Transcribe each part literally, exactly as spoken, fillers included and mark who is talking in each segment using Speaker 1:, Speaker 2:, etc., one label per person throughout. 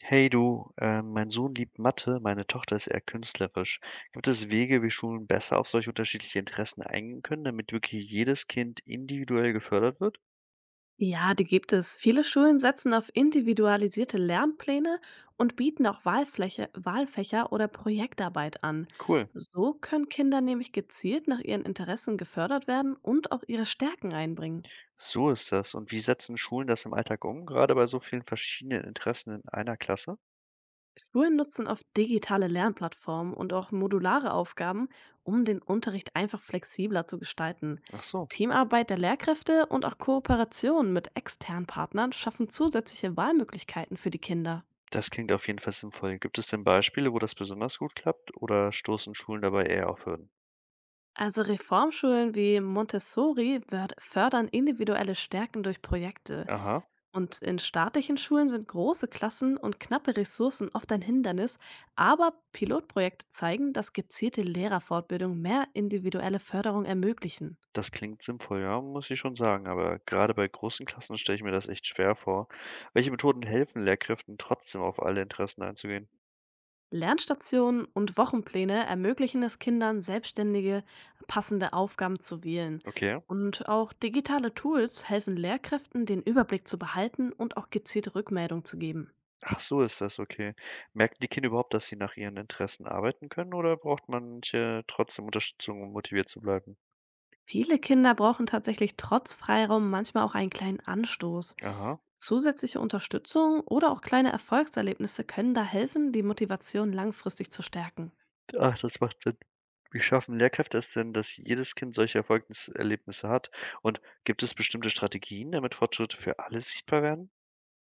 Speaker 1: Hey du, äh, mein Sohn liebt Mathe, meine Tochter ist eher künstlerisch. Gibt es Wege, wie Schulen besser auf solche unterschiedlichen Interessen eingehen können, damit wirklich jedes Kind individuell gefördert wird?
Speaker 2: Ja, die gibt es. Viele Schulen setzen auf individualisierte Lernpläne und bieten auch Wahlfläche, Wahlfächer oder Projektarbeit an.
Speaker 1: Cool.
Speaker 2: So können Kinder nämlich gezielt nach ihren Interessen gefördert werden und auch ihre Stärken einbringen.
Speaker 1: So ist das. Und wie setzen Schulen das im Alltag um, gerade bei so vielen verschiedenen Interessen in einer Klasse?
Speaker 2: Schulen nutzen oft digitale Lernplattformen und auch modulare Aufgaben, um den Unterricht einfach flexibler zu gestalten.
Speaker 1: Ach so.
Speaker 2: Teamarbeit der Lehrkräfte und auch Kooperationen mit externen Partnern schaffen zusätzliche Wahlmöglichkeiten für die Kinder.
Speaker 1: Das klingt auf jeden Fall sinnvoll. Gibt es denn Beispiele, wo das besonders gut klappt, oder stoßen Schulen dabei eher auf Hürden?
Speaker 2: Also Reformschulen wie Montessori wör- fördern individuelle Stärken durch Projekte.
Speaker 1: Aha.
Speaker 2: Und in staatlichen Schulen sind große Klassen und knappe Ressourcen oft ein Hindernis, aber Pilotprojekte zeigen, dass gezielte Lehrerfortbildung mehr individuelle Förderung ermöglichen.
Speaker 1: Das klingt sinnvoll, ja, muss ich schon sagen, aber gerade bei großen Klassen stelle ich mir das echt schwer vor. Welche Methoden helfen Lehrkräften trotzdem auf alle Interessen einzugehen?
Speaker 2: Lernstationen und Wochenpläne ermöglichen es Kindern, selbstständige, passende Aufgaben zu wählen.
Speaker 1: Okay.
Speaker 2: Und auch digitale Tools helfen Lehrkräften, den Überblick zu behalten und auch gezielte Rückmeldung zu geben.
Speaker 1: Ach so, ist das okay. Merken die Kinder überhaupt, dass sie nach ihren Interessen arbeiten können oder braucht manche trotzdem Unterstützung, um motiviert zu bleiben?
Speaker 2: Viele Kinder brauchen tatsächlich trotz Freiraum manchmal auch einen kleinen Anstoß.
Speaker 1: Aha.
Speaker 2: Zusätzliche Unterstützung oder auch kleine Erfolgserlebnisse können da helfen, die Motivation langfristig zu stärken.
Speaker 1: Ach, das macht Sinn. Wie schaffen Lehrkräfte es denn, dass jedes Kind solche Erfolgserlebnisse hat? Und gibt es bestimmte Strategien, damit Fortschritte für alle sichtbar werden?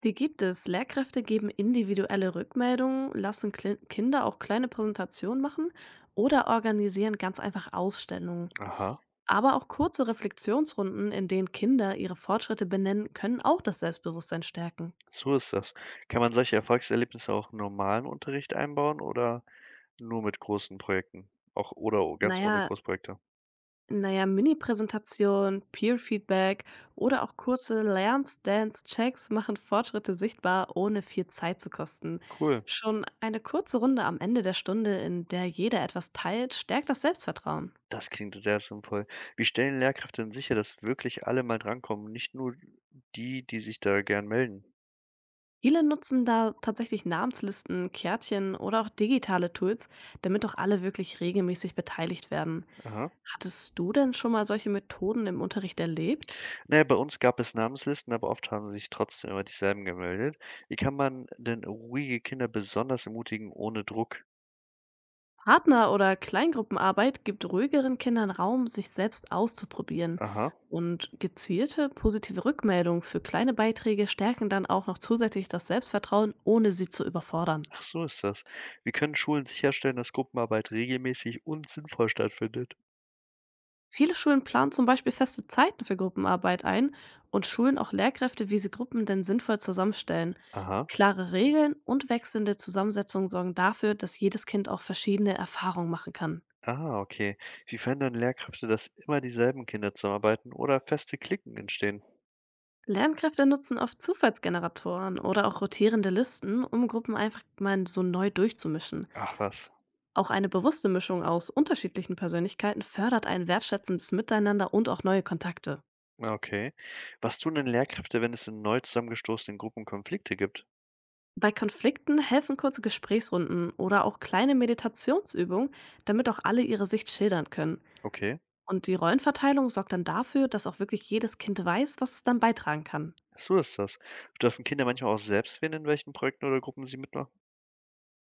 Speaker 2: Die gibt es. Lehrkräfte geben individuelle Rückmeldungen, lassen Kle Kinder auch kleine Präsentationen machen oder organisieren ganz einfach Ausstellungen.
Speaker 1: Aha.
Speaker 2: Aber auch kurze Reflexionsrunden, in denen Kinder ihre Fortschritte benennen, können auch das Selbstbewusstsein stärken.
Speaker 1: So ist das. Kann man solche Erfolgserlebnisse auch im normalen Unterricht einbauen oder nur mit großen Projekten? Auch oder o ganz ohne
Speaker 2: Naja,
Speaker 1: Großprojekte?
Speaker 2: Na ja, Mini-Präsentation, Peer-Feedback oder auch kurze Lernstance-Checks machen Fortschritte sichtbar, ohne viel Zeit zu kosten.
Speaker 1: Cool,
Speaker 2: Schon eine kurze Runde am Ende der Stunde, in der jeder etwas teilt, stärkt das Selbstvertrauen.
Speaker 1: das klingt sehr sinnvoll. Wie stellen Lehrkräfte denn sicher, dass wirklich alle mal drankommen, nicht nur die, die sich da gern melden?
Speaker 2: Viele nutzen da tatsächlich Namenslisten, Kärtchen oder auch digitale Tools, damit auch alle wirklich regelmäßig beteiligt werden.
Speaker 1: Aha.
Speaker 2: Hattest du denn schon mal solche Methoden im Unterricht erlebt?
Speaker 1: Na ja, bei uns gab es Namenslisten, aber oft haben sich trotzdem immer dieselben gemeldet. Wie kann man denn ruhige Kinder besonders ermutigen ohne Druck?
Speaker 2: Partner- oder Kleingruppenarbeit gibt ruhigeren Kindern Raum, sich selbst auszuprobieren.
Speaker 1: Aha.
Speaker 2: Und gezielte positive Rückmeldungen für kleine Beiträge stärken dann auch noch zusätzlich das Selbstvertrauen, ohne sie zu überfordern.
Speaker 1: Ach, so ist das. Wie können Schulen sicherstellen, dass Gruppenarbeit regelmäßig und sinnvoll stattfindet?
Speaker 2: Viele Schulen planen zum Beispiel feste Zeiten für Gruppenarbeit ein und schulen auch Lehrkräfte, wie sie Gruppen denn sinnvoll zusammenstellen.
Speaker 1: Aha.
Speaker 2: Klare Regeln und wechselnde Zusammensetzungen sorgen dafür, dass jedes Kind auch verschiedene Erfahrungen machen kann.
Speaker 1: Ah, okay. Wie verhindern Lehrkräfte, dass immer dieselben Kinder zusammenarbeiten oder feste Klicken entstehen?
Speaker 2: Lernkräfte nutzen oft Zufallsgeneratoren oder auch rotierende Listen, um Gruppen einfach mal so neu durchzumischen.
Speaker 1: Ach was.
Speaker 2: Auch eine bewusste Mischung aus unterschiedlichen Persönlichkeiten fördert ein wertschätzendes Miteinander und auch neue Kontakte.
Speaker 1: Ja, okay. Was tun denn Lehrkräfte, wenn es in neu zusammengestoßenen Gruppen Konflikte gibt?
Speaker 2: Bei Konflikten helfen kurze Gesprächsrunden oder auch kleine Meditationsübungen, damit auch alle ihre Sicht schildern können.
Speaker 1: Okay.
Speaker 2: Und die Rollenverteilung sorgt dann dafür, dass auch wirklich jedes Kind weiß, was es dann beitragen kann.
Speaker 1: So ist das. Dürfen Kinder manchmal auch selbst wählen, in welchen Projekten oder Gruppen sie mitmachen?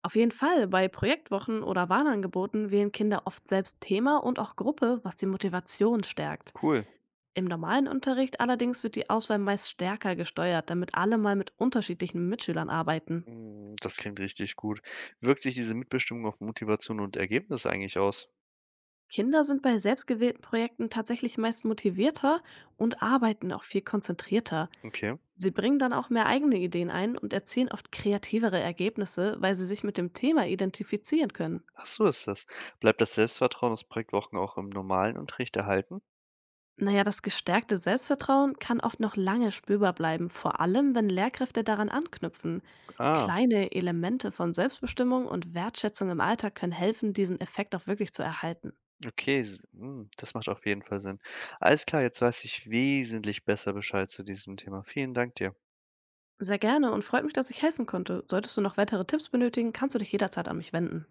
Speaker 2: Auf jeden Fall, bei Projektwochen oder Warnangeboten wählen Kinder oft selbst Thema und auch Gruppe, was die Motivation stärkt.
Speaker 1: Cool.
Speaker 2: Im normalen Unterricht allerdings wird die Auswahl meist stärker gesteuert, damit alle mal mit unterschiedlichen Mitschülern arbeiten.
Speaker 1: Mm, das klingt richtig gut. Wirkt sich diese Mitbestimmung auf Motivation und Ergebnis eigentlich aus?
Speaker 2: Kinder sind bei selbstgewählten Projekten tatsächlich meist motivierter und arbeiten auch viel konzentrierter.
Speaker 1: Okay.
Speaker 2: Sie bringen dann auch mehr eigene Ideen ein und erzielen oft kreativere Ergebnisse, weil sie sich mit dem Thema identifizieren können.
Speaker 1: Ach so ist das. Bleibt das Selbstvertrauen aus Projektwochen auch im normalen Unterricht erhalten?
Speaker 2: Na ja, das gestärkte Selbstvertrauen kann oft noch lange spürbar bleiben, vor allem wenn Lehrkräfte daran anknüpfen.
Speaker 1: Ah,
Speaker 2: Kleine Elemente von Selbstbestimmung und Wertschätzung im Alltag können helfen, diesen Effekt auch wirklich zu erhalten.
Speaker 1: okay, s hm, das macht auf jeden Fall Sinn. Alles klar, jetzt weiß ich wesentlich besser Bescheid zu diesem Thema. Vielen Dank dir.
Speaker 2: Sehr gerne und freut mich, dass ich helfen konnte. Solltest du noch weitere Tipps benötigen, kannst du dich jederzeit an mich wenden.